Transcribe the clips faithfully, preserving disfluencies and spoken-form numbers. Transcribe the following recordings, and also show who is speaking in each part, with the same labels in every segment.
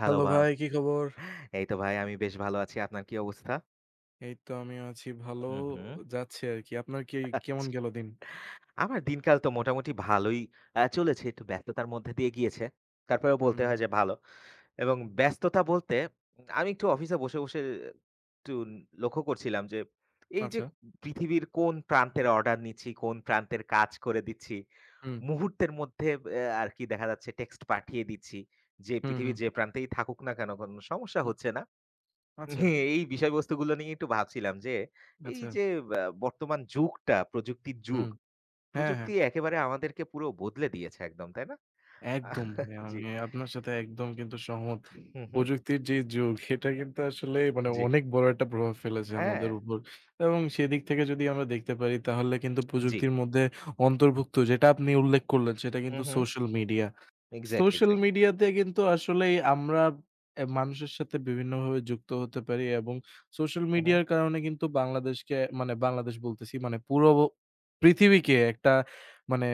Speaker 1: Hello
Speaker 2: hello
Speaker 1: বা
Speaker 2: ভাই, কি খবর?
Speaker 1: এই তো ভাই আমি বেশ ভালো আছি। আপনার কি অবস্থা?
Speaker 2: এই তো আমিও আছি ভালো
Speaker 1: হুম, হুম।
Speaker 2: যাচ্ছে আরকি। আপনার কি কেমন
Speaker 1: আচ্ছা।
Speaker 2: গেল দিন?
Speaker 1: আমার দিনকাল তো মোটামুটি ভালোই আ চলেছে। একটু ব্যস্ততার মধ্যে দিয়ে গিয়েছে। তারপরেও
Speaker 2: হুম,
Speaker 1: বলতে হয় যে ভালো। এবং ব্যস্ততা বলতে উম আমি একটু অফিসে বসে, বসে একটু লক্ষ্য করছিলাম যে এই যে
Speaker 2: আচ্ছা।
Speaker 1: পৃথিবীর কোন প্রান্তের অর্ডার নিচ্ছি, কোন প্রান্তের কাজ করে দিচ্ছি।
Speaker 2: হুম,
Speaker 1: মুহূর্তের মধ্যে এ আর কি দেখা যাচ্ছে টেক্সট পাঠিয়ে দিচ্ছি। যে
Speaker 2: হুম, হুম,
Speaker 1: পৃথিবীর যে প্রান্তেই থাকুক না কেন কোনো সমস্যা
Speaker 2: হুম,
Speaker 1: হচ্ছে না।
Speaker 2: আচ্ছা,
Speaker 1: হ্যাঁ, এই বিষয়বস্তুগুলো নিয়ে একটু ভাবছিলাম যে এই
Speaker 2: আচ্ছা।
Speaker 1: যে ব্যা বর্তমান যুগটা, প্রযুক্তির
Speaker 2: হুম,
Speaker 1: যুগ,
Speaker 2: হ্যাঁ, হ্যাঁ,
Speaker 1: প্রযুক্তি একেবারে আমাদেরকে পুরো বদলে দিয়েছে একদম, তাই না?
Speaker 2: একদম।
Speaker 1: আহ,
Speaker 2: ভাই
Speaker 1: জি।
Speaker 2: আমি আপনার সাথে একদম কিন্তু সহমত।
Speaker 1: হুম, হুম।
Speaker 2: প্রযুক্তির যে যুগ সেটা কিন্তু আসলে মানে
Speaker 1: জি।
Speaker 2: অনেক বড় একটা প্রভাব ফেলেছে
Speaker 1: হ্যাঁ,
Speaker 2: আমাদের উপর। এবং সেদিক থেকে যদি আমরা দেখতে পারি তাহলে কিন্তু
Speaker 1: জি।
Speaker 2: প্রযুক্তির মধ্যে অন্তর্ভুক্ত যেটা আপনি উল্লেখ করলেন সেটা
Speaker 1: হুম,
Speaker 2: কিন্তু
Speaker 1: হুম।
Speaker 2: Social media.
Speaker 1: Exactly,
Speaker 2: social
Speaker 1: exactly.
Speaker 2: মিডিয়াতে কিন্তু আসলেই আমরা এ মানুষের সাথে বিভিন্নভাবে যুক্ত হতে পারি এবং সোশ্যাল
Speaker 1: হুম, হুম।
Speaker 2: মিডিয়ার কারণে কিন্তু বাংলাদেশকে মানে বাংলাদেশ বলতেছি মানে পুরো পৃথিবীকে একটা মানে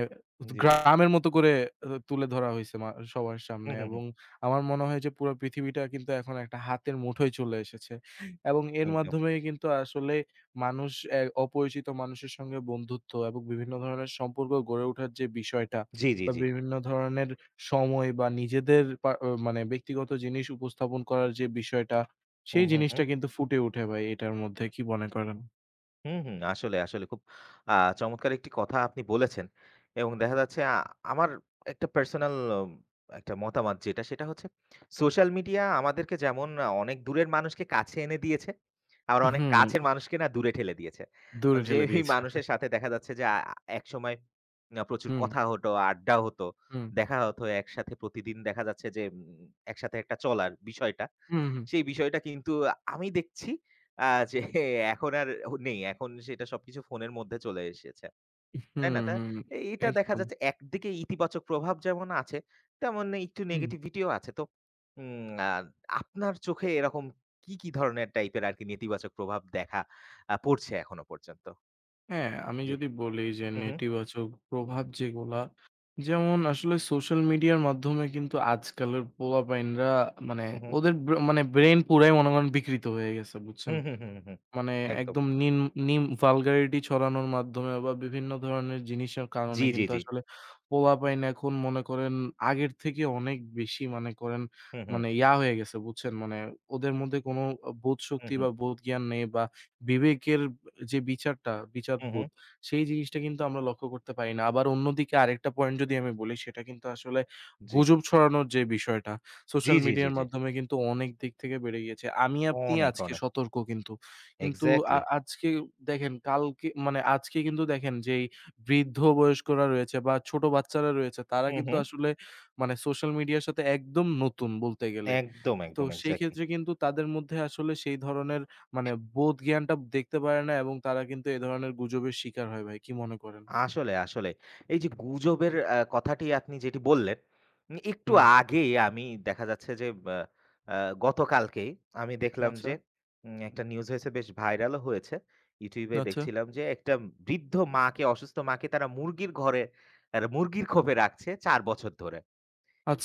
Speaker 1: জি।
Speaker 2: গ্রামের মতো করে আ তুলে ধরা হইছে মা সবার সামনে
Speaker 1: হুম, হুম,
Speaker 2: এবং
Speaker 1: হুম।
Speaker 2: আমার মনে হয় যে পুরা পৃথিবীটা কিন্তু এখন একটা হাতের মুঠোয় চলে এসেছে এবং এর
Speaker 1: একদম।
Speaker 2: মাধ্যমেই কিন্তু আসলে মানুষ এ অপরিচিত মানুষের সঙ্গে বন্ধুত্ব এবং বিভিন্ন ধরনের সম্পর্ক গড়ে ওঠার যে বিষয়টা
Speaker 1: জি, জি,
Speaker 2: বা
Speaker 1: জি।
Speaker 2: বিভিন্ন ধরনের সময় বা নিজেদের পা অ মানে ব্যক্তিগত জিনিস উপস্থাপন করার যে বিষয়টা,
Speaker 1: হুম,
Speaker 2: সেই
Speaker 1: হুম,
Speaker 2: জিনিসটা
Speaker 1: হুম।
Speaker 2: কিন্তু ফুটে ওঠে ভাই এটার মধ্যে। কি মনে করেন?
Speaker 1: হুম, হুম। আসলে, আসলে খুব আ চমৎকার একটি কথা আপনি বলেছেন। এবং দেখা যাচ্ছে আ আমার একটা পার্সোনাল একটা মতামত যেটা সেটা হচ্ছে সোশ্যাল মিডিয়া আমাদেরকে যেমন অনেক দূরের মানুষকে কাছে এনে দিয়েছে, আবার অনেক
Speaker 2: হুম।
Speaker 1: কাছের মানুষকে না দূরে ঠেলে দিয়েছে।
Speaker 2: দূরে
Speaker 1: যে
Speaker 2: ঠেলে
Speaker 1: এই
Speaker 2: দিয়েছে।
Speaker 1: মানুষের সাথে দেখা যাচ্ছে যে আ একসময় আ প্রচুর
Speaker 2: হুম,
Speaker 1: কথা হতো, আড্ডা হতো,
Speaker 2: হুম,
Speaker 1: দেখা হতো একসাথে প্রতিদিন দেখা যাচ্ছে যে উম একসাথে একটা চলার বিষয়টা।
Speaker 2: হুম, হুম,
Speaker 1: সেই বিষয়টা কিন্তু আমি দেখছি আ যে এখন আর নেই। এখন সেটা সবকিছু ফোনের মধ্যে চলে এসেছে। তাই
Speaker 2: হুম,
Speaker 1: না? তা
Speaker 2: হুম,
Speaker 1: এটা দেখা
Speaker 2: একদম।
Speaker 1: যাচ্ছে একদিকে ইতিবাচক প্রভাব যেমন আছে, তেমন একটু
Speaker 2: হুম।
Speaker 1: নেগেটিভিটিও আছে। তো উম আ আপনার চোখে এরকম কি, কি ধরনের টাইপের আরকি নেতিবাচক প্রভাব দেখা আ পড়ছে এখনো পর্যন্ত?
Speaker 2: হ্যাঁ, আমি
Speaker 1: জি।
Speaker 2: যদি বলি যে
Speaker 1: হু, হু,
Speaker 2: নেতিবাচক প্রভাব যেগুলা, যেমন আসলে সোশ্যাল মিডিয়ার মাধ্যমে কিন্তু আজকালের পোলাপাইনরা মানে
Speaker 1: হু, হু,
Speaker 2: ওদের ব্র মানে ব্রেইন পুরাই মনে করেন বিকৃত হয়ে গেছে,
Speaker 1: হু,
Speaker 2: বুঝছেন?
Speaker 1: হু, হু, হু।
Speaker 2: মানে
Speaker 1: একদম।
Speaker 2: একদম নিম নিম vulgarity ছড়ানোর মাধ্যমে বা বিভিন্ন ধরনের জিনিসের কারণে
Speaker 1: জি, জি,
Speaker 2: কিন্তু
Speaker 1: জি।
Speaker 2: আসলে পোলাপাইন এখন মনে করেন আগের থেকে অনেক বেশি মানে করেন
Speaker 1: হু, হু,
Speaker 2: মানে ইয়া হয়ে গেছে বুঝছেন? মানে ওদের মধ্যে কোনো আ
Speaker 1: হু,
Speaker 2: বোধশক্তি
Speaker 1: হু,
Speaker 2: বা বোধজ্ঞান নেই বা বিবেকের যে বিচারটা,
Speaker 1: হু, হু।
Speaker 2: বিচারবোধ সেই জিনিসটা কিন্তু আমরা লক্ষ্য করতে পারি না। আবার অন্যদিকে আরেকটা পয়েন্ট যদি আমি বলি সেটা কিন্তু আসলে
Speaker 1: জি।
Speaker 2: গুজব ছড়ানোর যে বিষয়টা,
Speaker 1: জি,
Speaker 2: সোশ্যাল
Speaker 1: জি, জি,
Speaker 2: মিডিয়ার
Speaker 1: জি।
Speaker 2: মাধ্যমে কিন্তু অনেক দিক থেকে বেড়ে গিয়েছে। আমি আপনি
Speaker 1: অনেক,
Speaker 2: আজকে
Speaker 1: অনেক।
Speaker 2: সতর্ক কিন্তু। কিন্তু আ
Speaker 1: এক্সাক্টলি।
Speaker 2: আজকে দেখেন কালকে মানে আজকে কিন্তু দেখেন যেই বৃদ্ধ বয়স্করা রয়েছে বা ছোট বাচ্চারা রয়েছে তারা
Speaker 1: হু,
Speaker 2: কিন্তু
Speaker 1: হু।
Speaker 2: আসলে মানে সোশ্যাল মিডিয়ার সাথে একদম নতুন বলতে গেলে।
Speaker 1: একদম,
Speaker 2: তো
Speaker 1: একদম
Speaker 2: সেই
Speaker 1: এক্সাক্টলি।
Speaker 2: ক্ষেত্রে কিন্তু তাদের মধ্যে আসলে সেই ধরনের মানে বোধ জ্ঞানটা দেখতে পারে না এবং তারা কিন্তু এ ধরনের গুজবের শিকার হয় ভাই। কি মনে করেন?
Speaker 1: আসলে, আসলে। এই যে গুজবের আ কথাটি আপনি যেটি বললেন, উম একটু
Speaker 2: হুম।
Speaker 1: আগে আমি দেখা যাচ্ছে যে বা আ গতকালকেই আমি দেখলাম
Speaker 2: আচ্ছা,
Speaker 1: যে উম একটা নিউজ হয়েছে বেশ ভাইরালও হয়েছে। YouTube এ
Speaker 2: আচ্ছা,
Speaker 1: দেখছিলাম যে একটা বৃদ্ধ মাকে, অসুস্থ মাকে তারা মুরগির ঘরে আর মুরগির খোপে রাখছে চার বছর ধরে।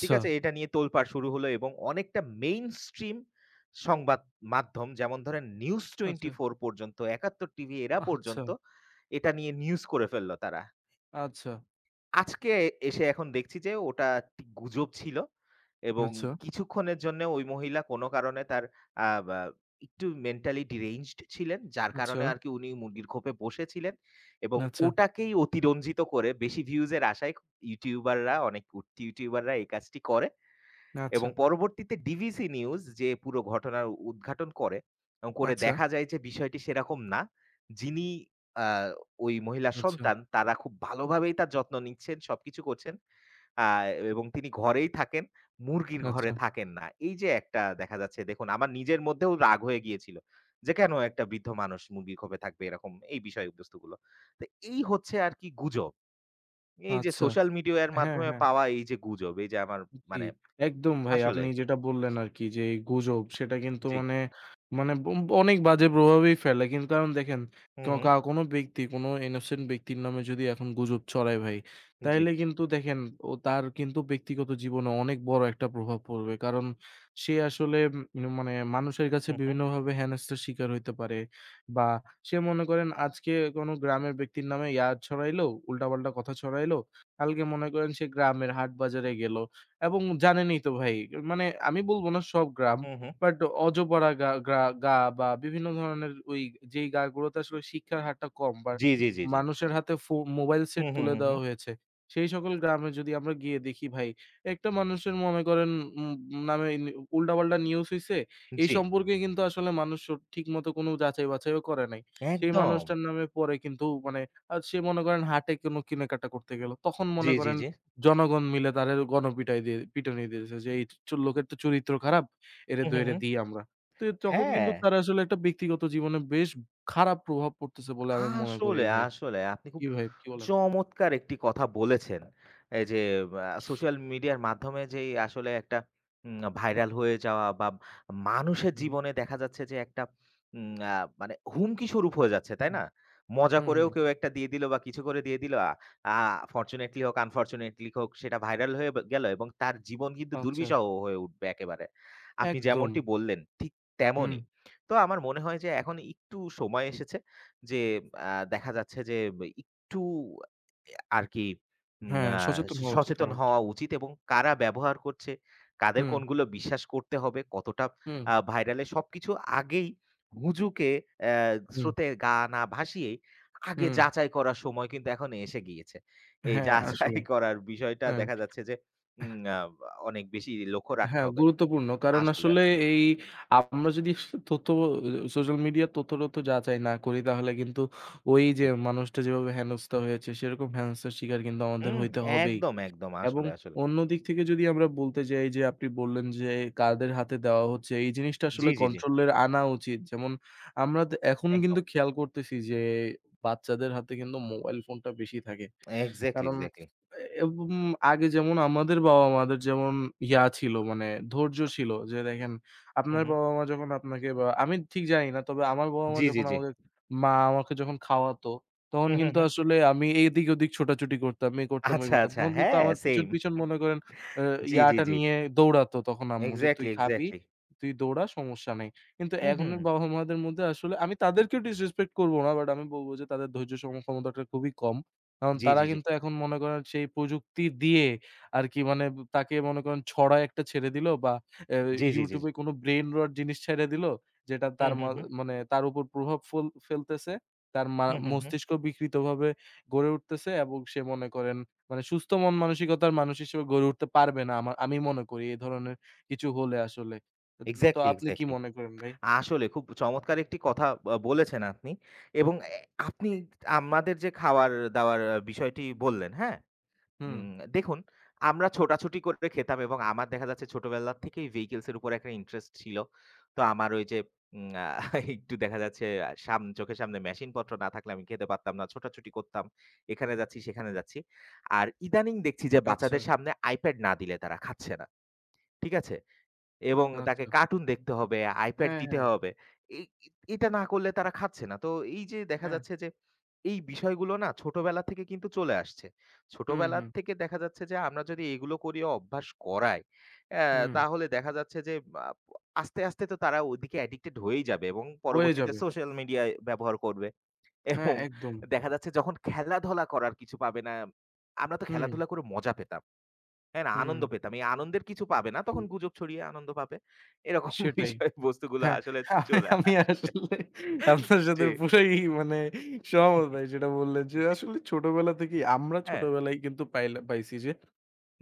Speaker 1: ঠিক আছে? এটা নিয়ে তোলপাড় শুরু হলো এবং অনেকটা মেইনস্ট্রিম সংবাদ মাধ্যম যেমন ধরেন নিউজ
Speaker 2: আচ্ছা,
Speaker 1: চব্বিশ পর্যন্ত, একাত্তর টিভি এরা
Speaker 2: আচ্ছা,
Speaker 1: পর্যন্ত এটা নিয়ে নিউজ করে ফেলল তারা।
Speaker 2: আচ্ছা,
Speaker 1: আজকে এসে এখন দেখছি যে ওটা একটি গুজব ছিল এবং কিছুক্ষণের জন্য ওই মহিলা কোনো কারণে তার আ বা একটু মেন্টালি deranged ছিলেন। যার
Speaker 2: আচ্ছা,
Speaker 1: কারণে আরকি উনি মুরগির খোপে বসেছিলেন এবং
Speaker 2: আচ্ছা,
Speaker 1: ওটাকেই অতিরঞ্জিত করে বেশি ভিউজ এর আশায় ক ইউটিউবাররা অনেক উঠতি ইউটিউবাররা এই কাজটি করে।
Speaker 2: আচ্ছা,
Speaker 1: এবং পরবর্তীতে ডিভিসি নিউজ যে পুরো ঘটনার উদ্ঘাটন করে এবং
Speaker 2: আচ্ছা,
Speaker 1: করে
Speaker 2: আচ্ছা,
Speaker 1: দেখা যায় যে বিষয়টি সেরকম না। যিনি আ ওই মহিলার
Speaker 2: আচ্ছা,
Speaker 1: সন্তান তারা খুব ভালোভাবেই তার যত্ন নিচ্ছেন, সবকিছু করছেন। আ এবং তিনি ঘরেই থাকেন, মুরগির
Speaker 2: আচ্ছা,
Speaker 1: ঘরে থাকেন না। এই যে একটা দেখা যাচ্ছে দেখুন আমার নিজের মধ্যেও রাগ হয়ে গিয়েছিল। যে কেন একটা বৃদ্ধ মানুষ মুরগির খোপে থাকবে এরকম এই বিষয়বস্তুগুলো। তো এই হচ্ছে আর কি গুজব। এই যে
Speaker 2: আচ্ছা।
Speaker 1: সোশ্যাল মিডিয়ার
Speaker 2: হ্যাঁ,
Speaker 1: মাধ্যমে
Speaker 2: হ্যাঁ।
Speaker 1: পাওয়া এই যে গুজব এই যে আমার
Speaker 2: জি,
Speaker 1: মানে
Speaker 2: একদম ভাই।
Speaker 1: আসলে
Speaker 2: আপনি যেটা বললেন আরকি যে এই গুজব সেটা কিন্তু
Speaker 1: জি।
Speaker 2: মানে, মানে বম অনেক বাজে প্রভাবই ফেলে। কিন্তু কারণ দেখেন ক
Speaker 1: হুম, হুম।
Speaker 2: কা কোনো ব্যক্তি কোনো innocent ব্যক্তির নামে যদি এখন গুজব ছড়ায় ভাই,
Speaker 1: জি।
Speaker 2: তাইলে কিন্তু দেখেন ও তার কিন্তু ব্যক্তিগত জীবনে অনেক বড় একটা প্রভাব পড়বে। কারণ সে আসলে উম মানে মানুষের কাছে
Speaker 1: হুম, হুম।
Speaker 2: বিভিন্নভাবে হেনস্থার শিকার হইতে পারে। বা সে মনে করেন আজকে কোনো গ্রামের ব্যক্তির নামে ইয়া ছড়াইলো, উল্টাপাল্টা কথা ছড়াইলো। কালকে মনে করেন সে গ্রামের হাট বাজারে গেল। এবং জানেনই তো ভাই মানে আমি বলবো না সব গ্রাম
Speaker 1: হুম, হুম।
Speaker 2: বাট অজপাড়া গা গ্রা গা বা বিভিন্ন ধরনের ওই যেই গাগুলোতে আসলে শিক্ষার হারটা কম বা
Speaker 1: জি, জি, জি, জি।
Speaker 2: মানুষের হাতে ফো মোবাইল সেট
Speaker 1: হুম, হুম,
Speaker 2: তুলে
Speaker 1: হুম,
Speaker 2: দেওয়া
Speaker 1: হুম।
Speaker 2: হয়েছে। সেই সকল গ্রামে যদি আমরা গিয়ে দেখি ভাই, একটা মানুষের মনে করেন উম নামে নি উল্টাপাল্টা নিউজ হইছে। এই
Speaker 1: জি।
Speaker 2: সম্পর্কে কিন্তু আসলে মানুষ স ঠিকমতো কোনো যাচাই-বাছাইও করে নাই। সেই
Speaker 1: একদম।
Speaker 2: মানুষটার নামে পরে কিন্তু মানে আ সে মনে করেন হাটে কোনো কেনাকাটা করতে গেল। তখন
Speaker 1: জি,
Speaker 2: মনে
Speaker 1: জি,
Speaker 2: করেন
Speaker 1: জি।
Speaker 2: জনগণ মিলে তারে গণপিটাই দিয়ে পিটুনি দিয়েছে যে, "এই চ লোকের তো চরিত্র খারাপ, এরে
Speaker 1: হুম, হুম,
Speaker 2: ধইরা
Speaker 1: হুম।
Speaker 2: দিই আমরা।" তো তখন
Speaker 1: হ্যাঁ।
Speaker 2: কিন্তু তার আসলে একটা ব্যক্তিগত জীবনে বেশ খারাপ প্রভাব পড়তেছে বলে আমি মনে করি
Speaker 1: আসলে,
Speaker 2: ভাই।
Speaker 1: আসলে আপনি
Speaker 2: কি
Speaker 1: খুব
Speaker 2: ভাই কি বলেন?
Speaker 1: চমৎকার একটি কথা বলেছেন। এই যে আ সোশ্যাল মিডিয়ার মাধ্যমে যেই আসলে একটা উম ভাইরাল হয়ে যাওয়া বা মানুষের
Speaker 2: হুম,
Speaker 1: জীবনে দেখা যাচ্ছে যে একটা উম আ মানে হুমকি স্বরূপ হয়ে যাচ্ছে, তাই
Speaker 2: হুম,
Speaker 1: না? মজা
Speaker 2: হুম,
Speaker 1: করেও
Speaker 2: হুম।
Speaker 1: কেউ একটা দিয়ে দিল বা কিছু করে দিয়ে দিল। আ আ ফরচুনেটলি হোক, আনফরচুনেটলি হোক সেটা ভাইরাল হয়ে ব গেল এবং তার জীবন কিন্তু
Speaker 2: আচ্ছা,
Speaker 1: দুর্বিষহ হয়ে উঠবে একেবারে। আপনি
Speaker 2: একদম।
Speaker 1: যেমনটি বললেন ঠিক
Speaker 2: হুম,
Speaker 1: তেমনই। তো আমার মনে হয় যে এখন একটু সময় এসেছে যে আ দেখা যাচ্ছে যে একটু আরকি উম
Speaker 2: হ্যাঁ,
Speaker 1: আ
Speaker 2: সচেতন হওয়া উচিত
Speaker 1: সচেতন
Speaker 2: আমাদের।
Speaker 1: হওয়া উচিত এবং কারা ব্যবহার করছে, কাদের
Speaker 2: হুম,
Speaker 1: কোনগুলো বিশ্বাস করতে হবে, কতটা
Speaker 2: হুম,
Speaker 1: আ ভাইরাল সবকিছু আগেই হুজুকে অ্যা
Speaker 2: হুম,
Speaker 1: স্রোতে গা না ভাসিয়েই আগে
Speaker 2: হুম।
Speaker 1: যাচাই করার সময় কিন্তু এখন এসে গিয়েছে। এই
Speaker 2: হ্যাঁ,
Speaker 1: যাচাই
Speaker 2: আসলেই।
Speaker 1: করার বিষয়টা
Speaker 2: হ্যাঁ।
Speaker 1: দেখা যাচ্ছে যে উম আ অনেক বেশি লক্ষ্য রাখতে
Speaker 2: হ্যাঁ,
Speaker 1: হবে।
Speaker 2: গুরুত্বপূর্ণ। কারণ
Speaker 1: আসলে,
Speaker 2: আসলে
Speaker 1: আসলে।
Speaker 2: এই আমরা যদি তথ্য সোশ্যাল মিডিয়ার তথ্য-টথ্য যাচাই না করি তাহলে কিন্তু ওই যে
Speaker 1: জি।
Speaker 2: মানুষটা যেভাবে হেনস্থা হয়েছে সেরকম হেনস্থার শিকার কিন্তু আমাদের
Speaker 1: হুম,
Speaker 2: হইতে হবেই।
Speaker 1: একদম, একদম।
Speaker 2: এবং
Speaker 1: আসলে, আসলে।
Speaker 2: অন্য দিক থেকে যদি আমরা বলতে যাই যে আপনি বললেন যে কাদের হাতে দেওয়া হচ্ছে এই জিনিসটা আসলে
Speaker 1: জি, জি, জি।
Speaker 2: কন্ট্রোল এর আনা উচিত। যেমন আমরা তো এখন
Speaker 1: একদম।
Speaker 2: কিন্তু খেয়াল করতেছি যে বাচ্চাদের হাতে কিন্তু মোবাইল ফোনটা বেশি থাকে।
Speaker 1: এক্সাক্টলি,
Speaker 2: কারণ
Speaker 1: এক্সাক্টলি।
Speaker 2: এ এবং আগে যেমন আমাদের বাবা-মাদের যেমন ইয়া ছিল মানে ধৈর্য ছিল যে দেখেন
Speaker 1: হুম,
Speaker 2: আপনার
Speaker 1: হুম।
Speaker 2: বাবা-মা যখন আপনাকে বা আমি ঠিক জানি না। তবে আমার বাবা-মা
Speaker 1: জি, জি,
Speaker 2: যখন
Speaker 1: জি।
Speaker 2: আমাকে মা আমাকে যখন খাওয়াতো, তখন
Speaker 1: হুম, হুম,
Speaker 2: কিন্তু
Speaker 1: হুম।
Speaker 2: আসলে আমি এদিক ওদিক ছোটাছুটি করতাম, এই করতাম, ওই
Speaker 1: আচ্ছা,
Speaker 2: করতাম।
Speaker 1: আচ্ছা।
Speaker 2: তখন কিন্তু
Speaker 1: হ্যাঁ,
Speaker 2: আমার পিছন,
Speaker 1: সেইম।
Speaker 2: পিছন মনে করেন আ
Speaker 1: জি, জি,
Speaker 2: ইয়াটা
Speaker 1: জি।
Speaker 2: নিয়ে দৌড়াতো তখন আম্মু যে, "তুই
Speaker 1: এক্সাক্টলি,
Speaker 2: খাবি,
Speaker 1: এক্সাক্টলি।
Speaker 2: তুই দৌড়া সমস্যা নেই।" কিন্তু
Speaker 1: হুম, হুম। হুম।
Speaker 2: এখনের বাবা-মাদের মধ্যে আসলে আমি তাদেরকেও ডিসরেসপেক্ট করব না। বাট আমি বলব যে তাদের ধৈর্য সম ক্ষমতাটা খুবই কম। কারণ
Speaker 1: জি,
Speaker 2: তারা
Speaker 1: জি, জি।
Speaker 2: কিন্তু এখন মনে করেন সেই প্রযুক্তি দিয়ে আরকি মানে তাকে মনে করেন ছড়া একটা ছেড়ে দিল বা এ
Speaker 1: জি, জি, জি।
Speaker 2: YouTube এ কোনো ব্রেইন রট জিনিস ছেড়ে দিল, যেটা
Speaker 1: হুম,
Speaker 2: তার মা
Speaker 1: হুম, হুম।
Speaker 2: মানে তার উপর প্রভাব ফুল ফেলতেছে। তার মা
Speaker 1: হুম, হুম, হুম।
Speaker 2: মস্তিষ্ক বিকৃতভাবে গড়ে উঠতেছে এবং সে মনে করেন মানে সুস্থ মন মানসিকতার মানুষ হিসেবে গড়ে উঠতে পারবে না। আমা আমি মনে করি এ ধরনের কিছু হলে আসলে। উম তো
Speaker 1: এক্সাক্টলি,
Speaker 2: আপনি কি
Speaker 1: এক্সাক্টলি।
Speaker 2: মনে করেন ভাই?
Speaker 1: আসলে খুব চমৎকার একটি কথা আ বলেছেন আপনি এবং এ আপনি আমাদের যে খাওয়ার-দাওয়ার বিষয়টি বললেন, হ্যাঁ?
Speaker 2: হুম,
Speaker 1: উম দেখুন, আমরা ছোটাছুটি করে খেতাম এবং আমার দেখা যাচ্ছে ছোটবেলা থেকেই ভেহিকলস এর উপরে একটা ইন্টারেস্ট ছিল। তো আমার ওই যে উম আ একটু দেখা যাচ্ছে আ সাম চোখের সামনে মেশিনপত্র না থাকলে আমি খেতে পারতাম না। ছোটাছুটি করতাম। এখানে যাচ্ছি, সেখানে যাচ্ছি। আর ইদানিং দেখছি যে
Speaker 2: আচ্ছা,
Speaker 1: বাচ্চাদের সামনে iPad না দিলে তারা খাচ্ছে না। ঠিক আছে? এবং তাকে
Speaker 2: আচ্ছা।
Speaker 1: কার্টুন দেখতে হবে, আইপ্যাড
Speaker 2: হ্যাঁ,
Speaker 1: দিতে
Speaker 2: হ্যাঁ,
Speaker 1: হবে। এই এটা না করলে তারা খাচ্ছে না। তো এই যে দেখা
Speaker 2: হ্যাঁ।
Speaker 1: যাচ্ছে যে এই বিষয়গুলো না ছোটবেলা থেকে কিন্তু চলে আসছে।
Speaker 2: হুম,
Speaker 1: ছোটবেলা
Speaker 2: হুম,
Speaker 1: থেকে দেখা যাচ্ছে যে আমরা যদি এগুলো করিয়ে অভ্যাস করাই, অ্যা
Speaker 2: হুম।
Speaker 1: তাহলে দেখা যাচ্ছে যে আ আস্তে, আস্তে তো তারা ওইদিকে অ্যাডিক্টেড হয়েই যাবে এবং
Speaker 2: হয়ে
Speaker 1: পরবর্তীতে
Speaker 2: যাবে।
Speaker 1: সোশ্যাল মিডিয়া ব্যবহার করবে
Speaker 2: হ্যাঁ,
Speaker 1: এবং
Speaker 2: একদম।
Speaker 1: দেখা যাচ্ছে যখন খেলাধুলা করার কিছু পাবে না, আমরা তো
Speaker 2: হুম,
Speaker 1: খেলাধুলা করে মজা পেতাম। হ্যাঁ, না
Speaker 2: হুম,
Speaker 1: আনন্দ পেতাম। এই আনন্দের কিছু পাবে না। তখন গুজব ছড়িয়ে আনন্দ পাবে। এরকম
Speaker 2: সেটাই।
Speaker 1: বিষয়বস্তুগুলো
Speaker 2: হ্যাঁ,
Speaker 1: আসলে
Speaker 2: আমি
Speaker 1: চলে
Speaker 2: আমি
Speaker 1: আসে।
Speaker 2: আসলে আপনার
Speaker 1: জি,
Speaker 2: সাথে পুরাই মানে সহমত ভাই যেটা বললেন যে
Speaker 1: জি।
Speaker 2: আসলে ছোটবেলা থেকেই আমরা
Speaker 1: হ্যাঁ,
Speaker 2: ছোটবেলায় কিন্তু পাইলা পাইছি যে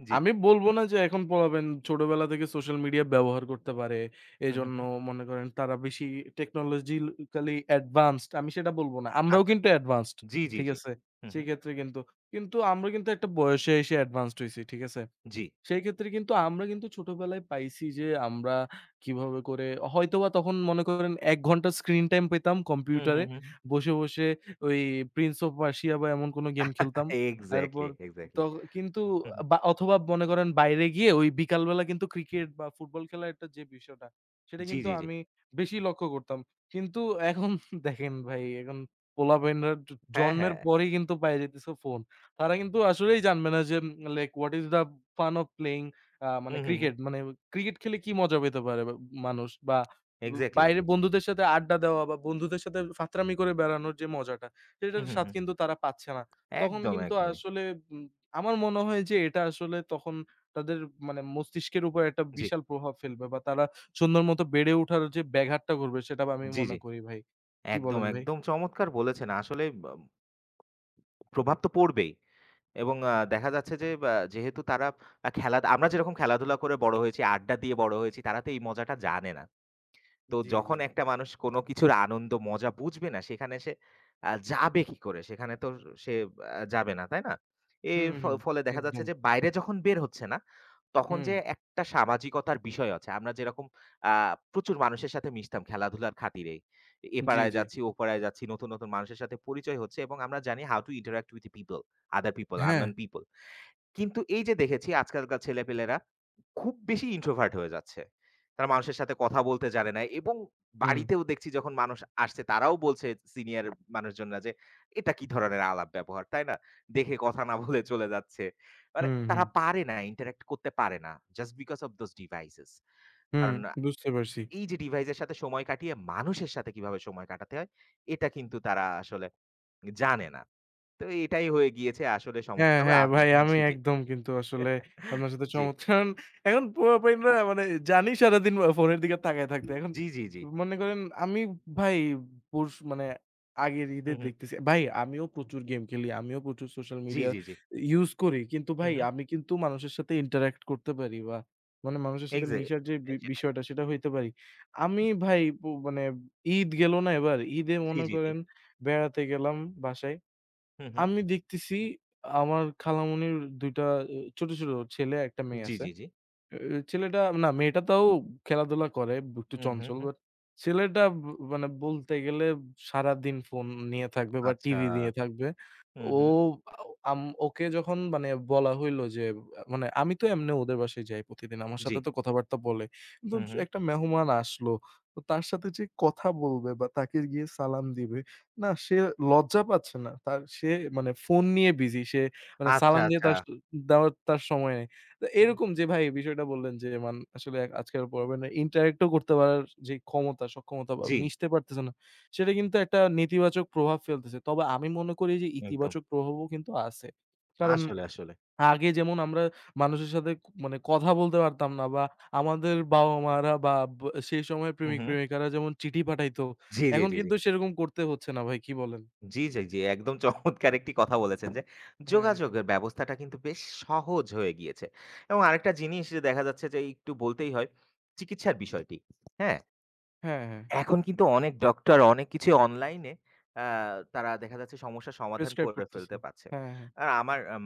Speaker 1: জি।
Speaker 2: আমি বলব না যে এখন পোলাপান ছোটবেলা থেকে সোশ্যাল মিডিয়া ব্যবহার করতে পারে।
Speaker 1: হুম, হুম,
Speaker 2: এজন্য
Speaker 1: হুম।
Speaker 2: মনে করেন তারা বেশি টেকনোলজিক্যালি অ্যাডভান্সড আমি সেটা বলব না। আমরাও
Speaker 1: আচ্ছা।
Speaker 2: কিন্তু অ্যাডভান্সড,
Speaker 1: জি, জি,
Speaker 2: ঠিক
Speaker 1: জি।
Speaker 2: আছে?
Speaker 1: হুম, হুম।
Speaker 2: সেক্ষেত্রে কিন্তু। কিন্তু আমরা কিন্তু একটা বয়সে এসে অ্যাডভান্সড হইছি, ঠিক আছে?
Speaker 1: জি।
Speaker 2: সেই ক্ষেত্রে কিন্তু আমরা কিন্তু ছোটবেলায় পাইছি যে আমরা কিভাবে করে হয়তোবা তখন মনে করেন এক ঘন্টা স্ক্রিন টাইম পেতাম
Speaker 1: হুম,
Speaker 2: কম্পিউটারে।
Speaker 1: হুম, হুম।
Speaker 2: বসে, বসে ওই 'Prince of Persia' বা এমন কোনো গেম খেলতাম।
Speaker 1: এক্সাক্টলি,
Speaker 2: তারপর ত
Speaker 1: এক্সাক্টলি।
Speaker 2: কিন্তু
Speaker 1: হুম, হুম।
Speaker 2: বা অথবা মনে করেন বাইরে গিয়ে ওই বিকালবেলা কিন্তু ক্রিকেট বা ফুটবল খেলার একটা যে বিষয়টা, সেটা
Speaker 1: জি,
Speaker 2: কিন্তু
Speaker 1: জি, জি।
Speaker 2: আমি বেশি লক্ষ্য করতাম। কিন্তু এখন দেখেন ভাই এখন পোলাপাইনরা জ
Speaker 1: হ্যাঁ,
Speaker 2: জন্মের
Speaker 1: হ্যাঁ।
Speaker 2: পরেই কিন্তু পায়ে যাইতেছে ফোন। তারা কিন্তু আসলেই জানবে না যে like what is the fun of playing a মানে
Speaker 1: হুম, হুম, হুম।
Speaker 2: ক্রিকেট। মানে ক্রিকেট খেলে কি মজা পেতে পারে বা মানুষ বা ব
Speaker 1: এক্সাক্টলি,
Speaker 2: বাইরে
Speaker 1: এক্সাক্টলি।
Speaker 2: বন্ধুদের সাথে আড্ডা দেওয়া বা বন্ধুদের সাথে ফাত্রামি করে বেড়ানোর যে মজাটা, সেটার
Speaker 1: হুম, হুম,
Speaker 2: স্বাদ
Speaker 1: হুম।
Speaker 2: কিন্তু তারা পাচ্ছে না। তখন
Speaker 1: একদম,
Speaker 2: কিন্তু
Speaker 1: একদমই।
Speaker 2: আসলে উম আমার মনে হয় যে এটা আসলে তখন তাদের মানে মস্তিষ্কের উপর একটা
Speaker 1: জি,
Speaker 2: বিশাল প্রভাব ফেলবে বা তারা সুন্দর মতো বেড়ে ওঠার যে ব্যাঘাতটা করবে সেটা আমি
Speaker 1: জি,
Speaker 2: মনে
Speaker 1: জি।
Speaker 2: করি ভাই। কি
Speaker 1: একদম,
Speaker 2: বলেন ভাই?
Speaker 1: একদম চমৎকার বলেছেন। আসলে ব প্রভাব তো পড়বেই। এবং আ দেখা যাচ্ছে যে বা যেহেতু তারা আ খেলা আমরা যেরকম খেলাধুলা করে বড় হয়েছি, আড্ডা দিয়ে বড় হয়েছি, তারা তো এই মজাটা জানে না। তো
Speaker 2: জি, জি।
Speaker 1: যখন একটা মানুষ কোনো কিছুর আনন্দ, মজা বুঝবে না, সেখানে সে আ যাবে কি করে? সেখানে তো সে আ যাবে না, তাই না? এর
Speaker 2: হুম,
Speaker 1: ফ
Speaker 2: হুম।
Speaker 1: ফলে দেখা যাচ্ছে
Speaker 2: একদম।
Speaker 1: যে বাইরে যখন বের হচ্ছে না, তখন
Speaker 2: হুম।
Speaker 1: যে একটা সামাজিকতার বিষয় আছে। আমরা যেরকম আ প্রচুর মানুষের সাথে মিশতাম খেলাধুলার খাতিরেই। এ
Speaker 2: জি,
Speaker 1: পাড়ায়
Speaker 2: জি।
Speaker 1: যাচ্ছি, ও পাড়ায় যাচ্ছি, নতুন, নতুন মানুষের সাথে পরিচয় হচ্ছে এবং আমরা জানি how to interact with the people, other people,
Speaker 2: হ্যাঁ,
Speaker 1: unknown people. কিন্তু এই যে দেখেছি আজকালকার ছেলেপেলেরা খুব বেশি ইন্ট্রোভার্ট হয়ে যাচ্ছে। তারা মানুষের সাথে কথা বলতে জানে না এবং
Speaker 2: হুম,
Speaker 1: বাড়িতেও দেখছি যখন মানুষ আসছে তারাও বলছে সিনিয়র মানুষজনরা যে, "এটা কি ধরনের আলাপ ব্যবহার?" তাই না? দেখে কথা না বলে চলে যাচ্ছে। মানে
Speaker 2: হুম, হুম,
Speaker 1: তারা পারে না, ইন্টারেক্ট করতে পারে না। Just because of those devices.
Speaker 2: হুম,
Speaker 1: কারণ
Speaker 2: বুঝতে পারছি।
Speaker 1: এই যে ডিভাইসের সাথে সময় কাটিয়ে মানুষের সাথে কিভাবে সময় কাটাতে হয়, এটা কিন্তু তারা আসলে জানে না। তো এটাই হয়ে গিয়েছে আসলে সমস্যা।
Speaker 2: হ্যাঁ,
Speaker 1: তবে
Speaker 2: হ্যাঁ,
Speaker 1: আপ
Speaker 2: ভাই আমি
Speaker 1: জি, জি।
Speaker 2: একদম কিন্তু আসলে আপনার সাথে
Speaker 1: জি,
Speaker 2: সমর্থন এখন পুরোপুরি না মানে জানি সারাদিন আ ফোনের দিকে তাকায় থাকতে। এখন
Speaker 1: জি, জি, জি।
Speaker 2: মনে করেন আমি ভাই পরশ মানে আগের ঈদে
Speaker 1: হুম, হুম।
Speaker 2: দেখতেছি ভাই আমিও প্রচুর গেম খেলি। আমিও প্রচুর সোশ্যাল
Speaker 1: জি,
Speaker 2: মিডিয়া
Speaker 1: জি, জি।
Speaker 2: ইউজ করি। কিন্তু
Speaker 1: হুম,
Speaker 2: ভাই
Speaker 1: হুম।
Speaker 2: আমি কিন্তু মানুষের সাথে interact করতে পারি বা মানে মানুষের সাথে
Speaker 1: এক্সাক্ট
Speaker 2: মিশার যে বি
Speaker 1: সেটাই, সেটাই।
Speaker 2: বিষয়টা সেটা হইতে পারি। আমি ভাই প মানে ঈদ গেল না এবার ঈদে
Speaker 1: জি,
Speaker 2: মনে
Speaker 1: জি, জি।
Speaker 2: করেন বেড়াতে গেলাম বাসায়।
Speaker 1: হুম, হুম।
Speaker 2: আমি দেখতেছি আমার খালামণির দুই টা এ ছোট, ছোট ছেলে এক টা মেয়ে
Speaker 1: জি,
Speaker 2: আছে।
Speaker 1: জি, জি।
Speaker 2: এ ছেলেটা না মেয়েটা তাও খেলাধুলা করে ব- একটু
Speaker 1: হুম, হুম,
Speaker 2: চঞ্চল।
Speaker 1: হুম।
Speaker 2: বাট ছেলেটা ব মানে বলতে গেলে সারাদিন ফোন নিয়ে থাকবে বা
Speaker 1: আচ্ছা।
Speaker 2: টিভি নিয়ে থাকবে।
Speaker 1: হুম,
Speaker 2: ও
Speaker 1: হুম।
Speaker 2: আম ওকে যখন মানে বলা হইল যে মানে আমি তো এমনি ওদের বাসায় যাই প্রতিদিন। আমার
Speaker 1: জি।
Speaker 2: সাথে তো কথাবার্তা বলে। কিন্তু
Speaker 1: হুম, হুম।
Speaker 2: একটা মেহমান আসলো। তো তার সাথে যে কথা বলবে বা তাকে গিয়ে সালাম দিবে, না সে লজ্জা পাচ্ছে না। তার সে মানে ফোন নিয়ে বিজি। সে মানে
Speaker 1: আচ্ছা,
Speaker 2: সালাম দিয়ে
Speaker 1: আচ্ছা।
Speaker 2: তার স দেওয়ার তার সময় নেই। তো
Speaker 1: হুম।
Speaker 2: এরকম যে ভাই বিষয়টা বললেন যে মান আসলে এক- আজকের পর্বে না ইন্টারেক্ট ও করতে পারার যে ক্ষমতা, সক্ষমতা বা
Speaker 1: জি,
Speaker 2: মিশতে পারতেছে না, সেটা কিন্তু একটা নেতিবাচক প্রভাব ফেলতেছে। তবে আমি মনে করি যে
Speaker 1: একদম।
Speaker 2: ইতিবাচক প্রভাবও কিন্তু আছে। কারণ
Speaker 1: আসলে, আসলে।
Speaker 2: আগে যেমন আমরা মানুষের সাথে ক মানে কথা বলতে পারতাম না বা আমাদের বাবা-মারা বা ব সেই সময়ের
Speaker 1: হুম, হুম।
Speaker 2: প্রেমিক-প্রেমিকারা যেমন চিঠি পাঠাইতো,
Speaker 1: জি, জি,
Speaker 2: এখন
Speaker 1: জি, জি।
Speaker 2: কিন্তু সেরকম করতে হচ্ছে না ভাই, কি বলেন?
Speaker 1: জি, জি, জি। একদম চমৎকার একটি কথা বলেছেন যে
Speaker 2: হ্যাঁ,
Speaker 1: যোগাযোগের ব্যবস্থাটা কিন্তু বেশ সহজ হয়ে গিয়েছে। এবং আরেকটা জিনিস যে দেখা যাচ্ছে যে একটু বলতেই হয় চিকিৎসার বিষয়টি। হ্যাঁ?
Speaker 2: হ্যাঁ, হ্যাঁ,
Speaker 1: এখন কিন্তু অনেক ডক্টর অনেক কিছুই অনলাইনে আ তারা দেখা যাচ্ছে সমস্যার সমাধান
Speaker 2: প্রেসক্রাইব
Speaker 1: করে
Speaker 2: করতেছে।
Speaker 1: ফেলতে পারছে।
Speaker 2: হ্যাঁ, হ্যাঁ।
Speaker 1: আর আমার আম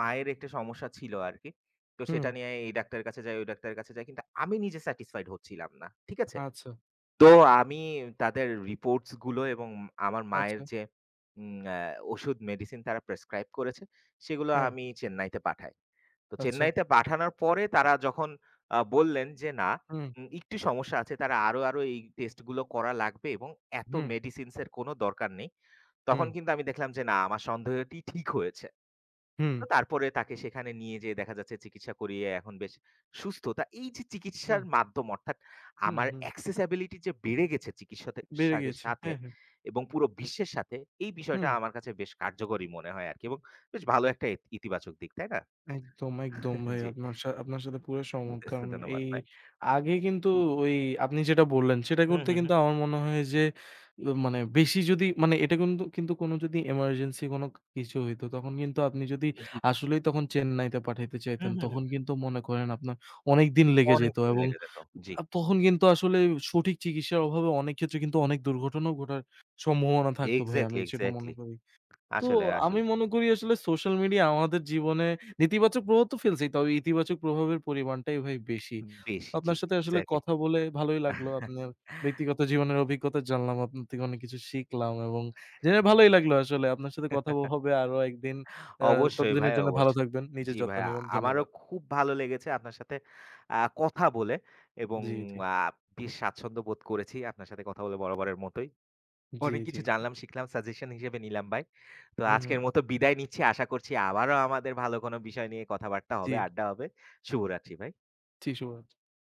Speaker 1: মায়ের একটা সমস্যা ছিল আরকি। তো
Speaker 2: হুম।
Speaker 1: সেটা নিয়ে এই ডাক্তারের কাছে যাই, ওই ডাক্তারের কাছে যাই। কিন্তু আমি নিজে স্যাটিসফাইড হচ্ছিলাম না। ঠিক আছে?
Speaker 2: আচ্ছা,
Speaker 1: তো আমি তাদের রিপোর্টস গুলো এবং আমার মায়ের
Speaker 2: আচ্ছা।
Speaker 1: যে উম আ ওষুধ মেডিসিন তারা প্রেসক্রাইব করেছে, সেগুলো
Speaker 2: হ্যাঁ,
Speaker 1: আমি চেন্নাইতে পাঠাই। তো
Speaker 2: আচ্ছা।
Speaker 1: চেন্নাইতে পাঠানোর পরে তারা যখন আ বললেন যে, "না,
Speaker 2: হুম,
Speaker 1: উম একটু সমস্যা আছে। তারা আরো, আরো এই টেস্ট গুলো করা লাগবে এবং এত
Speaker 2: হুম,
Speaker 1: মেডিসিনস এর কোনো দরকার নেই।" তখন
Speaker 2: হুম,
Speaker 1: কিন্তু আমি দেখলাম যে, না, আমার সন্দেহটি ঠিক হয়েছে।
Speaker 2: হুম,
Speaker 1: তো তারপরে তাকে সেখানে নিয়ে যেয়ে দেখা যাচ্ছে চিকিৎসা করিয়ে এখন বেশ সুস্থ। তা এই যে চিকিৎসার
Speaker 2: হুম,
Speaker 1: মাধ্যম অর্থাৎ
Speaker 2: হুম,
Speaker 1: আমার
Speaker 2: হুম।
Speaker 1: অ্যাক্সেসিবিলিটি যে বেড়ে গেছে চিকিৎসাতে
Speaker 2: বেড়ে
Speaker 1: সাথে
Speaker 2: গিয়েছি।
Speaker 1: সাথে
Speaker 2: হ্যাঁ, হ্যাঁ।
Speaker 1: এবং পুরো বিশ্বের সাথে, এই বিষয়টা
Speaker 2: হুম,
Speaker 1: আমার কাছে বেশ কার্যকরী মনে হয় আরকি এবং বেশ ভালো একটা ইত ইতিবাচক দিক, তাই না?
Speaker 2: একদম, একদম ভাই
Speaker 1: জি,
Speaker 2: আপনার সা আপনার সাথে পুরো সহমত। কারণ
Speaker 1: ধন্যবাদ
Speaker 2: এই
Speaker 1: ভাই।
Speaker 2: আগে কিন্তু ওই আপনি যেটা বললেন সেটা
Speaker 1: হুম,
Speaker 2: করতে
Speaker 1: হুম,
Speaker 2: কিন্তু
Speaker 1: হুম।
Speaker 2: আমার মনে হয় যে উ মানে বেশি যদি মানে এটা কিন্তু কিন্তু কোনো যদি এমার্জেন্সি কোনো কিছু হইতো তখন কিন্তু আপনি যদি
Speaker 1: জি।
Speaker 2: আসলেই তখন চেন্নাইতে পাঠাইতে
Speaker 1: হুম,
Speaker 2: চাইতেন
Speaker 1: হুম,
Speaker 2: তখন
Speaker 1: হুম।
Speaker 2: কিন্তু মনে করেন আপনার অনেকদিন লেগে
Speaker 1: অনেক
Speaker 2: যেত
Speaker 1: দিন
Speaker 2: এবং
Speaker 1: লেগে যেত। জি।
Speaker 2: আ তখন কিন্তু আসলে সঠিক চিকিৎসার অভাবে অনেক ক্ষেত্রে কিন্তু অনেক দুর্ঘটনাও ঘটার সম্ভাবনা থাকতো ভাই। আমি
Speaker 1: এক্সাক্টলি,
Speaker 2: সেটা মনে
Speaker 1: এক্সাক্টলি।
Speaker 2: করি। তো
Speaker 1: আসলে,
Speaker 2: আমি
Speaker 1: আসলে।
Speaker 2: মনে করি আসলে সোশ্যাল মিডিয়া আমাদের জীবনে নেতিবাচক প্রভাব তো ফেলছেই। তবে ইতিবাচক প্রভাবের পরিমাণটাই ভাই বেশি।
Speaker 1: বেশি
Speaker 2: আপনার
Speaker 1: জি,
Speaker 2: সাথে আসলে
Speaker 1: এক্সাক্টলি।
Speaker 2: কথা বলে ভালোই লাগলো। আপনার ব্যক্তিগত জীবনের অভিজ্ঞতা জানলাম। আপনার থেকে অনেক কিছু শিখলাম এবং জেনে ভালোই লাগলো আসলে। আপনার সাথে কথা হবে আরো একদিন। আ
Speaker 1: অবশ্যই
Speaker 2: ততদিনের
Speaker 1: ভাই,
Speaker 2: জন্য ভালো
Speaker 1: অবশ্যই।
Speaker 2: থাকবেন। নিজের
Speaker 1: জি
Speaker 2: যত্ন
Speaker 1: ভাই,
Speaker 2: নিবেন।
Speaker 1: আমারও
Speaker 2: ধন্যবাদ।
Speaker 1: খুব ভালো লেগেছে আপনার সাথে আ কথা বলে এবং
Speaker 2: জি, জি।
Speaker 1: আ বেশ স্বাচ্ছন্দ্য বোধ করেছি আপনার সাথে কথা বলে বরাবরের মতোই।
Speaker 2: জি,
Speaker 1: অনেক
Speaker 2: জি, জি।
Speaker 1: কিছু জানলাম, শিখলাম, সাজেশন হিসেবে নিলাম ভাই। তো
Speaker 2: হুম, হুম।
Speaker 1: আজকের মতো বিদায় নিচ্ছি। আশা করছি আবারও আমাদের ভালো কোনো বিষয় নিয়ে কথাবার্তা
Speaker 2: জি,
Speaker 1: হবে, আড্ডা হবে। শুভরাত্রি ভাই।
Speaker 2: জি শুভরাত্রি।